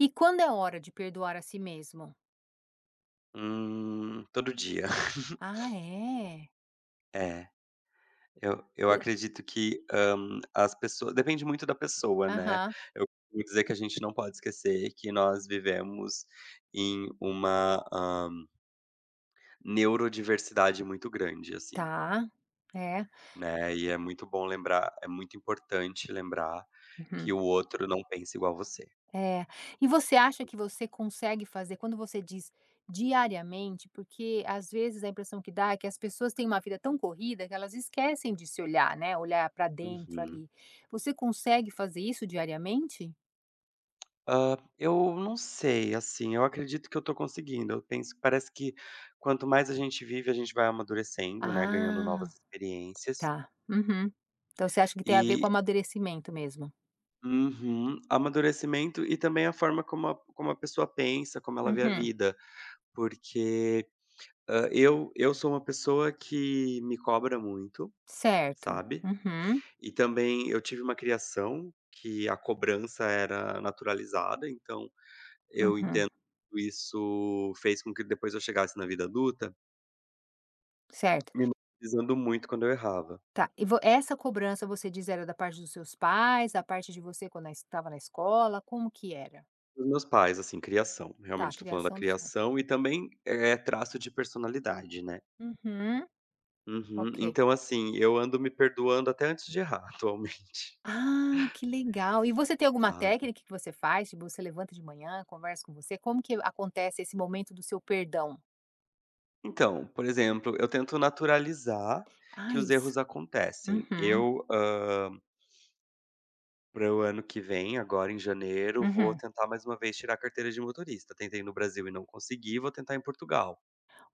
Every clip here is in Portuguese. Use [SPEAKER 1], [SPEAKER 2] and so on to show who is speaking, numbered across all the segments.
[SPEAKER 1] E quando é hora de perdoar a si mesmo?
[SPEAKER 2] Todo dia.
[SPEAKER 1] Ah, é?
[SPEAKER 2] É, eu
[SPEAKER 1] E
[SPEAKER 2] acredito que, as pessoas depende muito da pessoa, né.
[SPEAKER 1] Aham,
[SPEAKER 2] Eu costumo dizer que a gente não pode esquecer que nós vivemos em uma, neurodiversidade muito grande, assim,
[SPEAKER 1] tá. É.
[SPEAKER 2] né, e é muito bom lembrar é muito importante lembrar que
[SPEAKER 1] Uhum.
[SPEAKER 2] o outro não pensa igual a você.
[SPEAKER 1] É. E você acha que você consegue fazer quando você diz diariamente, porque às vezes a impressão que dá é que as pessoas têm uma vida tão corrida que elas esquecem de se olhar, né, olhar pra dentro
[SPEAKER 2] Uhum.
[SPEAKER 1] ali. Você consegue fazer isso diariamente?
[SPEAKER 2] Eu não sei, assim, eu acredito que eu tô conseguindo. Eu penso parece que quanto mais a gente vive, a gente vai amadurecendo, né, ganhando
[SPEAKER 1] Ah,
[SPEAKER 2] novas experiências.
[SPEAKER 1] tá. Uhum. Então você acha que tem a ver com
[SPEAKER 2] E
[SPEAKER 1] amadurecimento mesmo?
[SPEAKER 2] Uhum. Amadurecimento e também a forma como a pessoa pensa, como ela vê a
[SPEAKER 1] Uhum.
[SPEAKER 2] vida. Porque, eu sou uma pessoa que me cobra muito,
[SPEAKER 1] Certo.
[SPEAKER 2] sabe.
[SPEAKER 1] Uhum,
[SPEAKER 2] E também eu tive uma criação que a cobrança era naturalizada, então eu
[SPEAKER 1] uhum.
[SPEAKER 2] entendo que isso fez com que depois eu chegasse na vida adulta,
[SPEAKER 1] Certo.
[SPEAKER 2] me martirizando muito quando eu errava.
[SPEAKER 1] Tá, e vo essa cobrança você diz era da parte dos seus pais, da parte de você quando estava na escola, como que era?
[SPEAKER 2] Dos meus pais, assim, criação,
[SPEAKER 1] Tá, a
[SPEAKER 2] realmente estou falando da
[SPEAKER 1] criação dos seus,
[SPEAKER 2] criação e também, é traço de personalidade, né.
[SPEAKER 1] uhum,
[SPEAKER 2] Uhum.
[SPEAKER 1] ok.
[SPEAKER 2] Então, assim, eu ando me perdoando até antes de errar atualmente,
[SPEAKER 1] Ah, que legal. E você tem alguma
[SPEAKER 2] sabe.
[SPEAKER 1] técnica que você faz? Tipo, você levanta de manhã, conversa com você, como que acontece esse momento do seu perdão?
[SPEAKER 2] Então, por exemplo, eu tento naturalizar
[SPEAKER 1] Ah,
[SPEAKER 2] que os
[SPEAKER 1] isso.
[SPEAKER 2] erros acontecem.
[SPEAKER 1] Uhum,
[SPEAKER 2] Eu, para o ano que vem, agora em janeiro, vou
[SPEAKER 1] uhum.
[SPEAKER 2] tentar mais uma vez tirar a carteira de motorista. Tentei no Brasil e não consegui, vou tentar em Portugal.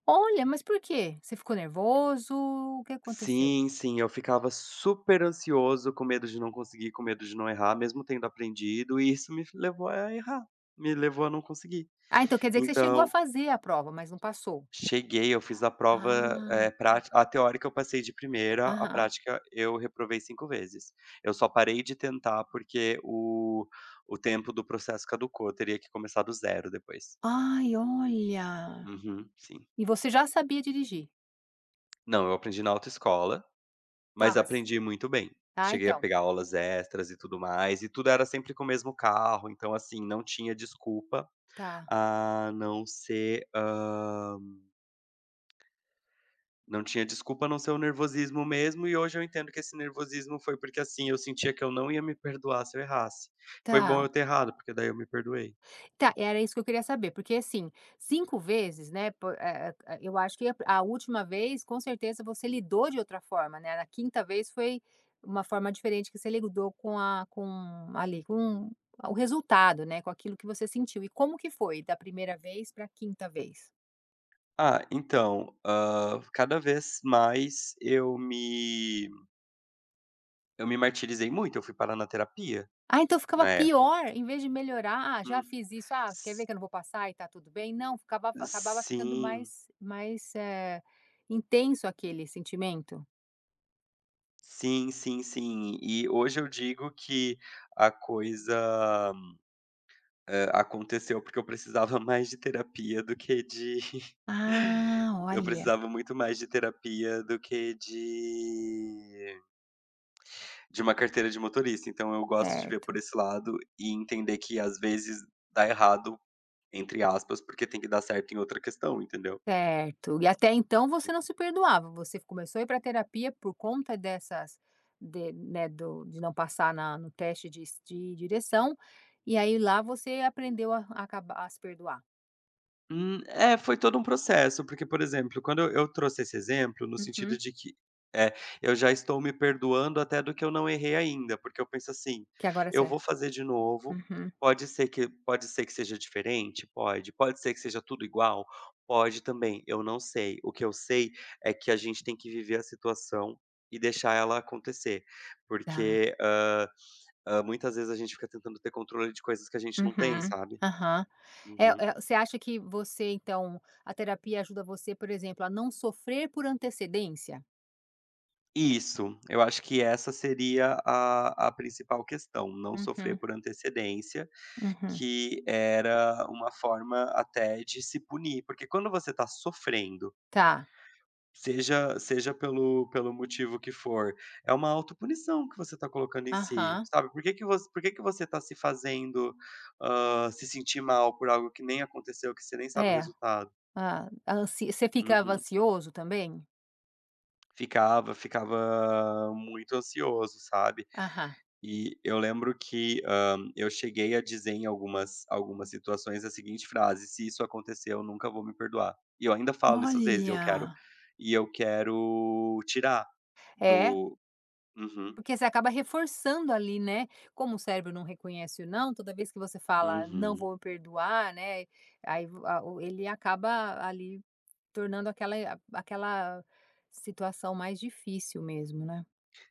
[SPEAKER 1] Olha, mas por quê? Você ficou nervoso? O que aconteceu?
[SPEAKER 2] Sim, sim, eu ficava super ansioso, com medo de não conseguir, com medo de não errar, mesmo tendo aprendido, e isso me levou a errar, me levou a não conseguir.
[SPEAKER 1] Ah, então quer dizer que você chegou a
[SPEAKER 2] Então,
[SPEAKER 1] fazer a prova, mas não passou.
[SPEAKER 2] cheguei, eu fiz a prova,
[SPEAKER 1] Ah, tá.
[SPEAKER 2] prática a teórica eu passei de primeira, a
[SPEAKER 1] Aham.
[SPEAKER 2] prática eu reprovei 5 vezes. Eu só parei de tentar porque o tempo do processo caducou, eu teria que começar do zero depois.
[SPEAKER 1] Ai, olha!
[SPEAKER 2] Uhum, sim.
[SPEAKER 1] E você já sabia dirigir?
[SPEAKER 2] Não, eu aprendi na autoescola,
[SPEAKER 1] Tá,
[SPEAKER 2] mas
[SPEAKER 1] mas
[SPEAKER 2] aprendi muito bem.
[SPEAKER 1] Ah,
[SPEAKER 2] Cheguei a
[SPEAKER 1] então,
[SPEAKER 2] pegar aulas extras e tudo mais, e tudo era sempre com o mesmo carro, então, assim, não tinha desculpa
[SPEAKER 1] tá,
[SPEAKER 2] a não ser, não tinha desculpa a não ser o nervosismo mesmo, e hoje eu entendo que esse nervosismo foi porque, assim, eu sentia que eu não ia me perdoar se eu errasse. Foi bom eu
[SPEAKER 1] tá.
[SPEAKER 2] ter errado, porque daí eu me perdoei.
[SPEAKER 1] Tá, era isso que eu queria saber, porque, assim, 5 vezes, né, eu acho que a última vez, com certeza, você lidou de outra forma, né, na quinta vez foi uma forma diferente que você lidou com a com ali, com o resultado, né, com aquilo que você sentiu. E como que foi da primeira vez para a quinta vez?
[SPEAKER 2] Ah, então, cada vez mais eu me martirizei muito, eu fui parar na terapia
[SPEAKER 1] Ah, então ficava
[SPEAKER 2] na época.
[SPEAKER 1] pior, em vez de melhorar: "Ah, já
[SPEAKER 2] Hum.
[SPEAKER 1] fiz isso. Ah, quer ver
[SPEAKER 2] S
[SPEAKER 1] que eu não vou passar e tá tudo bem?". Não, ficava acabava ficando
[SPEAKER 2] Sim.
[SPEAKER 1] mais intenso aquele sentimento?
[SPEAKER 2] Sim, sim, sim. E hoje eu digo que a coisa, aconteceu porque eu precisava mais de terapia do que de
[SPEAKER 1] Ah,
[SPEAKER 2] eu
[SPEAKER 1] olha.
[SPEAKER 2] precisava muito mais de terapia do que de uma carteira de motorista. Então eu gosto de ver por
[SPEAKER 1] Certo,
[SPEAKER 2] esse lado e entender que às vezes dá errado, entre aspas, porque tem que dar certo em outra questão, entendeu?
[SPEAKER 1] certo. E até então você não se perdoava, você começou a ir para terapia por conta dessas de, né, do de não passar na no teste de direção, e aí lá você aprendeu a acabar a se perdoar.
[SPEAKER 2] É, foi todo um processo, porque, por exemplo, quando eu trouxe esse exemplo, no sentido
[SPEAKER 1] Uhum.
[SPEAKER 2] de que, é, eu já estou me perdoando até do que eu não errei ainda, porque eu penso assim:
[SPEAKER 1] Que agora você
[SPEAKER 2] "Eu
[SPEAKER 1] é.
[SPEAKER 2] vou fazer de novo,
[SPEAKER 1] Uhum.
[SPEAKER 2] pode ser que seja diferente? Pode. Pode ser que seja tudo igual? Pode também, eu não sei. O que eu sei é que a gente tem que viver a situação e deixar ela acontecer",
[SPEAKER 1] Tá.
[SPEAKER 2] porque, muitas vezes a gente fica tentando ter controle de coisas que a gente não tem,
[SPEAKER 1] Uhum.
[SPEAKER 2] sabe?
[SPEAKER 1] Aham. É
[SPEAKER 2] Uhum.
[SPEAKER 1] é você acha que você então, a terapia ajuda você, por exemplo, a não sofrer por antecedência?
[SPEAKER 2] Isso, eu acho que essa seria a principal questão, não sofrer
[SPEAKER 1] Uhum,
[SPEAKER 2] por antecedência,
[SPEAKER 1] uhum.
[SPEAKER 2] que era uma forma até de se punir, porque quando você está sofrendo,
[SPEAKER 1] Tá.
[SPEAKER 2] seja pelo motivo que for, é uma autopunição que você está colocando em si,
[SPEAKER 1] Aham.
[SPEAKER 2] sabe. Por que que você está se fazendo, se sentir mal por algo que nem aconteceu, que você nem sabe o
[SPEAKER 1] É.
[SPEAKER 2] resultado?
[SPEAKER 1] Ah, ansi você ficava
[SPEAKER 2] Uhum.
[SPEAKER 1] ansioso também?
[SPEAKER 2] Ficava muito ansioso, sabe.
[SPEAKER 1] Aham.
[SPEAKER 2] E eu lembro que, eu cheguei a dizer em algumas situações a seguinte frase: "Se isso acontecer, eu nunca vou me perdoar". E eu ainda falo isso às vezes,
[SPEAKER 1] Olha!
[SPEAKER 2] eu quero tirar
[SPEAKER 1] É,
[SPEAKER 2] do. Uhum,
[SPEAKER 1] porque você acaba reforçando ali, né, como o cérebro não reconhece o não, toda vez que você fala: "Não
[SPEAKER 2] uhum.
[SPEAKER 1] vou me perdoar", né, aí vo a o ele acaba ali tornando aquela situação mais difícil mesmo, né.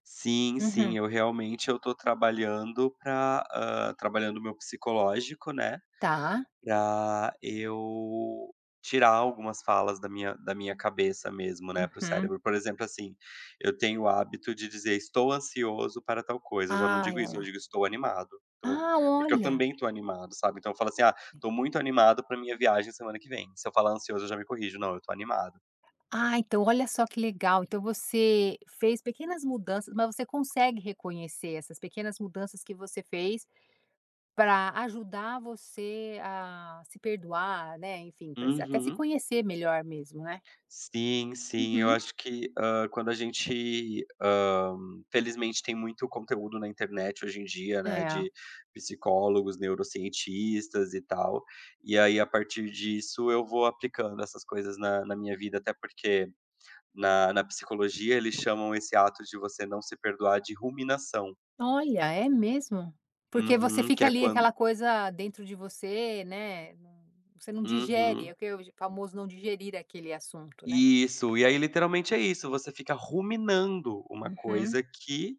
[SPEAKER 2] Sim, sim,
[SPEAKER 1] Uhum.
[SPEAKER 2] eu realmente eu tô trabalhando para trabalhando o meu psicológico, né.
[SPEAKER 1] Tá.
[SPEAKER 2] Pra eu tirar algumas falas da minha cabeça mesmo, né, para o
[SPEAKER 1] Uhum.
[SPEAKER 2] cérebro. Por exemplo, assim, eu tenho o hábito de dizer: "Estou ansioso para tal coisa". Eu já não
[SPEAKER 1] Ah,
[SPEAKER 2] digo isso, eu
[SPEAKER 1] ela:
[SPEAKER 2] digo: "Estou animado". Tô
[SPEAKER 1] "Ah,
[SPEAKER 2] Porque eu
[SPEAKER 1] olha.
[SPEAKER 2] também tô animado, sabe. Então eu falo assim: "Ah, tô muito animado pra minha viagem semana que vem". Se eu falar ansioso, eu já me corrijo: "Não, eu tô animado".
[SPEAKER 1] Ah, então olha só que legal. Então você fez pequenas mudanças, mas você consegue reconhecer essas pequenas mudanças que você fez para ajudar você a se perdoar, né, enfim, pra até se
[SPEAKER 2] Uhum.
[SPEAKER 1] conhecer melhor mesmo, né?"
[SPEAKER 2] Sim, sim, eu
[SPEAKER 1] Uhum.
[SPEAKER 2] acho que, quando a gente, felizmente tem muito conteúdo na internet hoje em dia, né,
[SPEAKER 1] É.
[SPEAKER 2] de psicólogos, neurocientistas e tal, e aí a partir disso eu vou aplicando essas coisas na minha vida, até porque na psicologia eles chamam esse ato de você não se perdoar de ruminação.
[SPEAKER 1] Olha, é mesmo? Porque você
[SPEAKER 2] Uhum, que
[SPEAKER 1] fica
[SPEAKER 2] é
[SPEAKER 1] ali
[SPEAKER 2] quando
[SPEAKER 1] aquela coisa dentro de você, né, não você não digere, é
[SPEAKER 2] uhum.
[SPEAKER 1] o que é o famoso não digerir aquele assunto, né.
[SPEAKER 2] Isso, e aí literalmente é isso, você fica ruminando uma
[SPEAKER 1] Uhum.
[SPEAKER 2] coisa que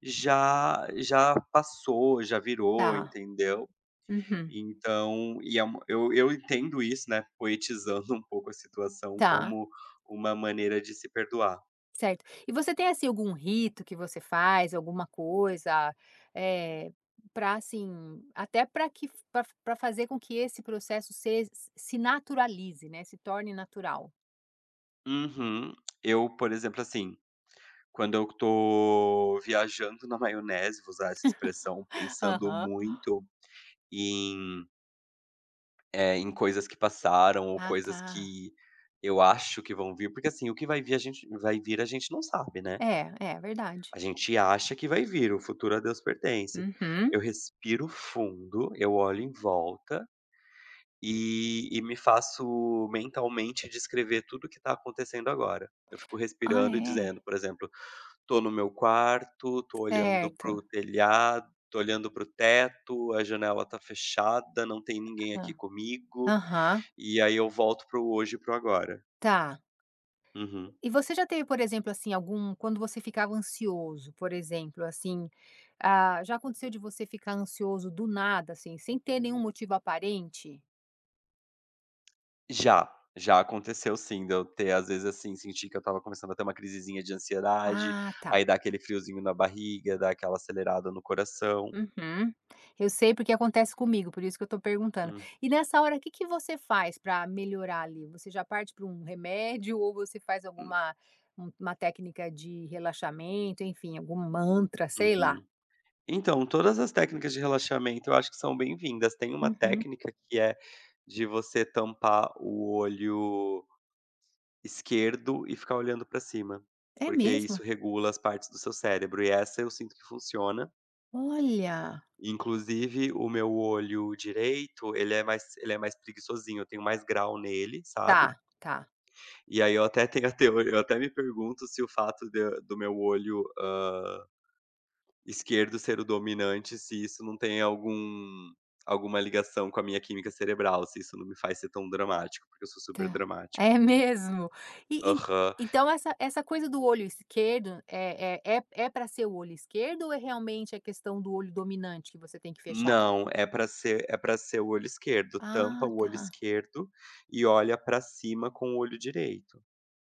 [SPEAKER 2] já já passou, já virou,
[SPEAKER 1] Tá.
[SPEAKER 2] entendeu.
[SPEAKER 1] Uhum.
[SPEAKER 2] É uma eu entendo isso, né, poetizando um pouco a situação
[SPEAKER 1] Tá,
[SPEAKER 2] como uma maneira de se perdoar.
[SPEAKER 1] certo. E você tem, assim, algum rito que você faz, alguma coisa, é para assim até para que para fazer com que esse processo se se naturalize, né, se torne natural?
[SPEAKER 2] Uhum. Eu, por exemplo, assim, quando eu tô viajando na maionese, vou usar essa expressão, pensando
[SPEAKER 1] Aham.
[SPEAKER 2] muito em, em coisas que passaram ou
[SPEAKER 1] Ah,
[SPEAKER 2] coisas
[SPEAKER 1] tá.
[SPEAKER 2] que eu acho que vão vir, porque assim, o que vai vir a gente não sabe, né.
[SPEAKER 1] É, é verdade.
[SPEAKER 2] A gente acha que vai vir, o futuro a Deus pertence.
[SPEAKER 1] Uhum.
[SPEAKER 2] Eu respiro fundo, eu olho em volta e me faço mentalmente descrever tudo o que está acontecendo agora. Eu fico
[SPEAKER 1] Ah,
[SPEAKER 2] respirando e
[SPEAKER 1] é?
[SPEAKER 2] dizendo, por exemplo: "Tô no meu quarto, tô olhando para
[SPEAKER 1] Certo.
[SPEAKER 2] o telhado, tô olhando para o teto, a janela tá fechada, não tem ninguém aqui
[SPEAKER 1] Ah
[SPEAKER 2] comigo",
[SPEAKER 1] Aham.
[SPEAKER 2] e aí eu volto para o hoje e para o agora.
[SPEAKER 1] Tá.
[SPEAKER 2] Uhum.
[SPEAKER 1] E você já teve, por exemplo, assim, algum quando você ficava ansioso, por exemplo, assim, ah, já aconteceu de você ficar ansioso do nada, assim, sem ter nenhum motivo aparente?
[SPEAKER 2] Já, já aconteceu sim, de eu ter às vezes, assim, sentir que eu estava começando a ter uma crisezinha de ansiedade,
[SPEAKER 1] Ah, tá.
[SPEAKER 2] aí dá aquele friozinho na barriga, dá aquela acelerada no coração.
[SPEAKER 1] Uhum. Eu sei porque acontece comigo, por isso que eu tô perguntando.
[SPEAKER 2] Hum,
[SPEAKER 1] E nessa hora, o que que você faz para melhorar ali? Você já parte para um remédio ou você faz
[SPEAKER 2] hum,
[SPEAKER 1] alguma uma técnica de relaxamento, enfim, algum mantra, sei lá?
[SPEAKER 2] uhum. Então, todas as técnicas de relaxamento eu acho que são bem-vindas. Tem uma
[SPEAKER 1] Uhum.
[SPEAKER 2] técnica que é de você tampar o olho esquerdo e ficar olhando pra cima,
[SPEAKER 1] É
[SPEAKER 2] porque
[SPEAKER 1] mesmo?
[SPEAKER 2] isso regula as partes do seu cérebro e essa eu sinto que funciona.
[SPEAKER 1] Olha,
[SPEAKER 2] Inclusive o meu olho direito, ele é mais preguiçosinho, eu tenho mais grau nele, sabe.
[SPEAKER 1] tá, tá.
[SPEAKER 2] E aí eu até tenho a teo eu até me pergunto se o fato de do meu olho, esquerdo ser o dominante, se isso não tem alguma ligação com a minha química cerebral, se isso não me faz ser tão dramático, porque eu sou super
[SPEAKER 1] Tá.
[SPEAKER 2] dramático.
[SPEAKER 1] É mesmo? E en
[SPEAKER 2] Aham.
[SPEAKER 1] então essa coisa do olho esquerdo é pra ser o olho esquerdo ou é realmente a questão do olho dominante que você tem que fechar?
[SPEAKER 2] Não, é pra ser é para ser o olho esquerdo,
[SPEAKER 1] Ah,
[SPEAKER 2] tampa o olho
[SPEAKER 1] tá.
[SPEAKER 2] esquerdo e olha pra cima com o olho direito.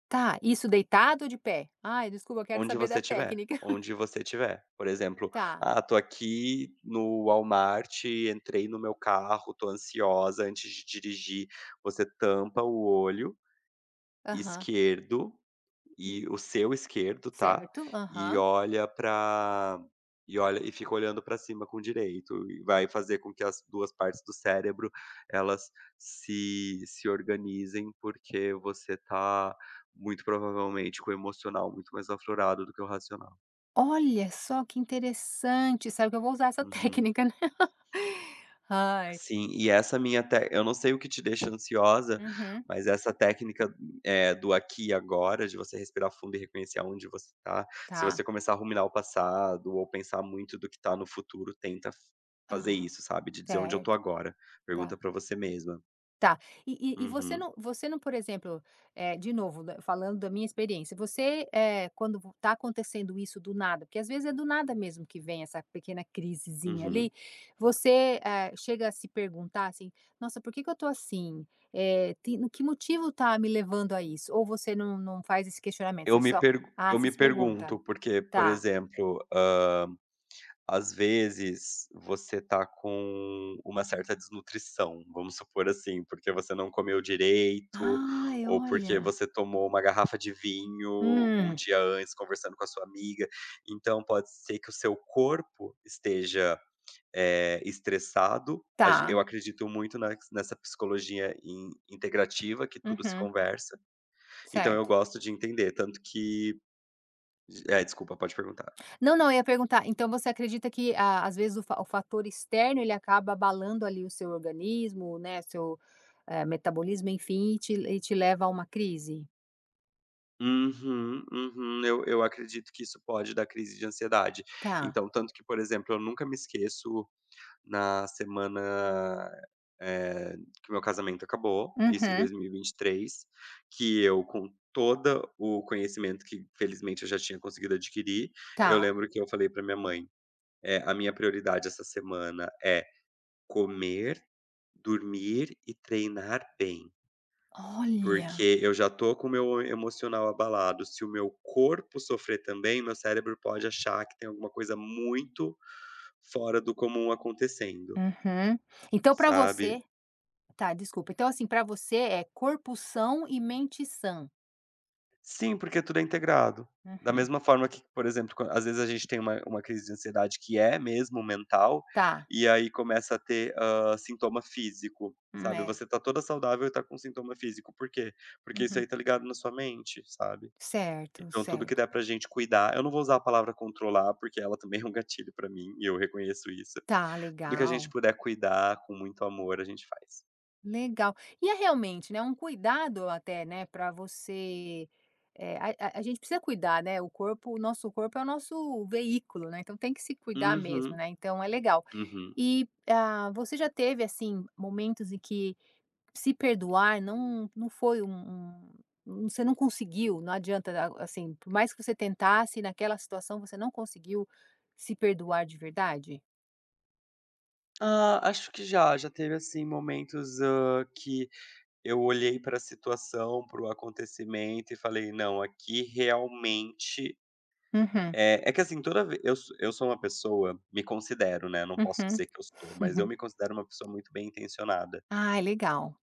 [SPEAKER 1] Tá, isso deitado ou de pé? Ai, desculpa, eu quero
[SPEAKER 2] Onde
[SPEAKER 1] saber da
[SPEAKER 2] você tiver,
[SPEAKER 1] técnica.
[SPEAKER 2] onde você tiver. Por exemplo,
[SPEAKER 1] Tá,
[SPEAKER 2] "Ah, tô aqui no Walmart, entrei no meu carro, tô ansiosa antes de dirigir", você tampa o olho
[SPEAKER 1] aham.
[SPEAKER 2] esquerdo
[SPEAKER 1] E
[SPEAKER 2] e o seu esquerdo, tá,
[SPEAKER 1] Certo,
[SPEAKER 2] e
[SPEAKER 1] aham.
[SPEAKER 2] olha e fica olhando pra cima com o direito, e vai fazer com que as 2 partes do cérebro, elas se organizem, porque você tá muito provavelmente com o emocional muito mais aflorado do que o racional.
[SPEAKER 1] Olha só que interessante, sabe que eu vou usar essa
[SPEAKER 2] Uhum.
[SPEAKER 1] técnica, né. Ai.
[SPEAKER 2] Sim, e essa minha tec eu não sei o que te deixa ansiosa,
[SPEAKER 1] Uhum.
[SPEAKER 2] mas essa técnica, do aqui e agora, de você respirar fundo e reconhecer aonde você está se você
[SPEAKER 1] Tá.
[SPEAKER 2] começar a ruminar o passado ou pensar muito do que está no futuro, tenta f fazer
[SPEAKER 1] Aham.
[SPEAKER 2] isso, sabe, de dizer: "Onde eu tô
[SPEAKER 1] Certo,
[SPEAKER 2] agora?". Pergunta
[SPEAKER 1] tá.
[SPEAKER 2] pra você mesma.
[SPEAKER 1] Tá. E você
[SPEAKER 2] Uhum,
[SPEAKER 1] não você não, por exemplo, de novo, da falando da minha experiência, você, quando está acontecendo isso do nada, porque às vezes é do nada mesmo que vem essa pequena crisezinha ali,
[SPEAKER 2] uhum.
[SPEAKER 1] você, chega a se perguntar assim: "Nossa, por que que eu tô assim? Tem no que motivo tá me levando a isso?" Ou você não faz esse questionamento, você só ah,
[SPEAKER 2] Eu
[SPEAKER 1] você
[SPEAKER 2] me
[SPEAKER 1] se pergunta.
[SPEAKER 2] pergunto, porque, por
[SPEAKER 1] Tá.
[SPEAKER 2] exemplo, às vezes, você tá com uma certa desnutrição, vamos supor assim, porque você não comeu direito,
[SPEAKER 1] Ai,
[SPEAKER 2] ou porque
[SPEAKER 1] olha.
[SPEAKER 2] você tomou uma garrafa de vinho um
[SPEAKER 1] Hum,
[SPEAKER 2] dia antes conversando com a sua amiga. Então pode ser que o seu corpo esteja, estressado. A gen
[SPEAKER 1] tá.
[SPEAKER 2] Eu acredito muito na nessa psicologia in integrativa que tudo se
[SPEAKER 1] Uhum,
[SPEAKER 2] conversa, então eu
[SPEAKER 1] certo.
[SPEAKER 2] gosto de entender, tanto que é desculpa, pode perguntar.
[SPEAKER 1] Não, não, eu ia perguntar, então você acredita que, ah, às vezes, o fator externo ele acaba abalando ali o seu organismo, né, seu, metabolismo, enfim, e te leva a uma crise?
[SPEAKER 2] Uhum, uhum. Eu acredito que isso pode dar crise de ansiedade.
[SPEAKER 1] Tá.
[SPEAKER 2] Então, tanto que, por exemplo, eu nunca me esqueço na semana, eh, que meu casamento acabou, isso em
[SPEAKER 1] Uhum.
[SPEAKER 2] 2023, que eu com toda o conhecimento que felizmente eu já tinha conseguido adquirir, eu
[SPEAKER 1] Tá.
[SPEAKER 2] lembro que eu falei para minha mãe: é a minha prioridade essa semana é comer, dormir e treinar bem".
[SPEAKER 1] Olha.
[SPEAKER 2] Porque eu já tô com o meu emocional abalado, se o meu corpo sofrer também, meu cérebro pode achar que tem alguma coisa muito fora do comum acontecendo,
[SPEAKER 1] Uhum. Então pra
[SPEAKER 2] sabe.
[SPEAKER 1] você tá, desculpa. Então, assim, pra você é corpo são e mente sã.
[SPEAKER 2] Sim, porque tudo é integrado. Da
[SPEAKER 1] Uhum.
[SPEAKER 2] mesma forma que, por exemplo, quan às vezes a gente tem uma crise de ansiedade que é mesmo mental,
[SPEAKER 1] Tá.
[SPEAKER 2] e aí começa a ter, sintoma físico, sabe.
[SPEAKER 1] É.
[SPEAKER 2] Você tá toda saudável e tá com sintoma físico, por quê? Porque isso
[SPEAKER 1] Uhum.
[SPEAKER 2] aí tá ligado na sua mente, sabe.
[SPEAKER 1] Certo,
[SPEAKER 2] Então tudo que
[SPEAKER 1] certo.
[SPEAKER 2] der pra gente cuidar eu não vou usar a palavra controlar, porque ela também é um gatilho pra mim, e eu reconheço isso.
[SPEAKER 1] Tá,
[SPEAKER 2] Tudo que a gente
[SPEAKER 1] legal.
[SPEAKER 2] puder cuidar com muito amor, a gente faz.
[SPEAKER 1] Legal. E é realmente, né, um cuidado até, né, para você, eh, a a gente precisa cuidar, né, o nosso corpo é o nosso veículo, né, então tem que se cuidar mesmo,
[SPEAKER 2] Uhum,
[SPEAKER 1] né, então é legal.
[SPEAKER 2] uhum.
[SPEAKER 1] E, ah, você já teve, assim, momentos em que se perdoar não foi um um você não conseguiu, não adianta, a assim, por mais que você tentasse, naquela situação você não conseguiu se perdoar de verdade?
[SPEAKER 2] Ah, acho que já, já teve, assim, momentos, que eu olhei pra situação, para o acontecimento e falei: "Não, aqui realmente".
[SPEAKER 1] Uhum,
[SPEAKER 2] É é que assim, toda vez eu sou uma pessoa me considero, né, não posso
[SPEAKER 1] uhum.
[SPEAKER 2] dizer que eu sou, mas eu me considero uma pessoa muito bem intencionada.
[SPEAKER 1] Ai, legal.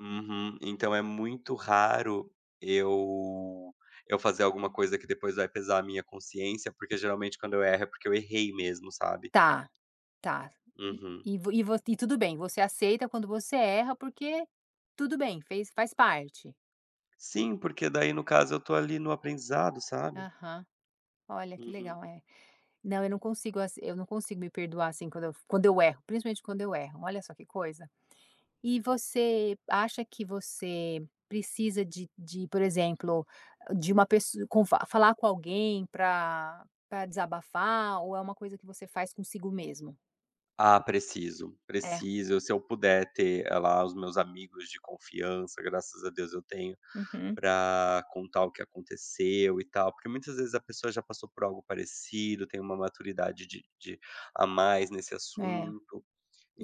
[SPEAKER 2] Uhum. Então é muito raro eu eu fazer alguma coisa que depois vai pesar a minha consciência, porque geralmente quando eu erro é porque eu errei mesmo, sabe.
[SPEAKER 1] Tá. Tá. E
[SPEAKER 2] Uhum.
[SPEAKER 1] e vo e vo e tudo bem, você aceita quando você erra, porque tudo bem, fez faz parte.
[SPEAKER 2] Sim, porque daí no caso eu tô ali no aprendizado, sabe.
[SPEAKER 1] Aham. Olha, que
[SPEAKER 2] Uhum.
[SPEAKER 1] legal, é. Não, eu não consigo me perdoar, assim, quando eu erro, principalmente quando eu erro, olha só que coisa. E você acha que você precisa de, por exemplo, de uma pessoa com fa falar com alguém para desabafar, ou é uma coisa que você faz consigo mesmo?
[SPEAKER 2] Ah, preciso,
[SPEAKER 1] É.
[SPEAKER 2] preciso. Se eu puder ter, lá os meus amigos de confiança, graças a Deus eu tenho,
[SPEAKER 1] Uhum.
[SPEAKER 2] pra contar o que aconteceu e tal, porque muitas vezes a pessoa já passou por algo parecido, tem uma maturidade de a mais nesse
[SPEAKER 1] É.
[SPEAKER 2] assunto.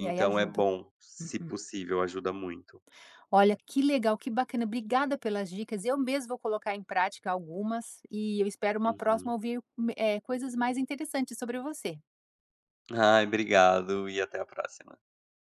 [SPEAKER 1] E aí
[SPEAKER 2] é
[SPEAKER 1] ajuda.
[SPEAKER 2] bom, se
[SPEAKER 1] Uhum.
[SPEAKER 2] possível, ajuda muito.
[SPEAKER 1] Olha, que legal, que bacana. Obrigada pelas dicas. Eu mesmo vou colocar em prática algumas e eu espero uma próxima
[SPEAKER 2] Uhum.
[SPEAKER 1] ouvir, coisas mais interessantes sobre você.
[SPEAKER 2] Ai, obrigado e até a próxima.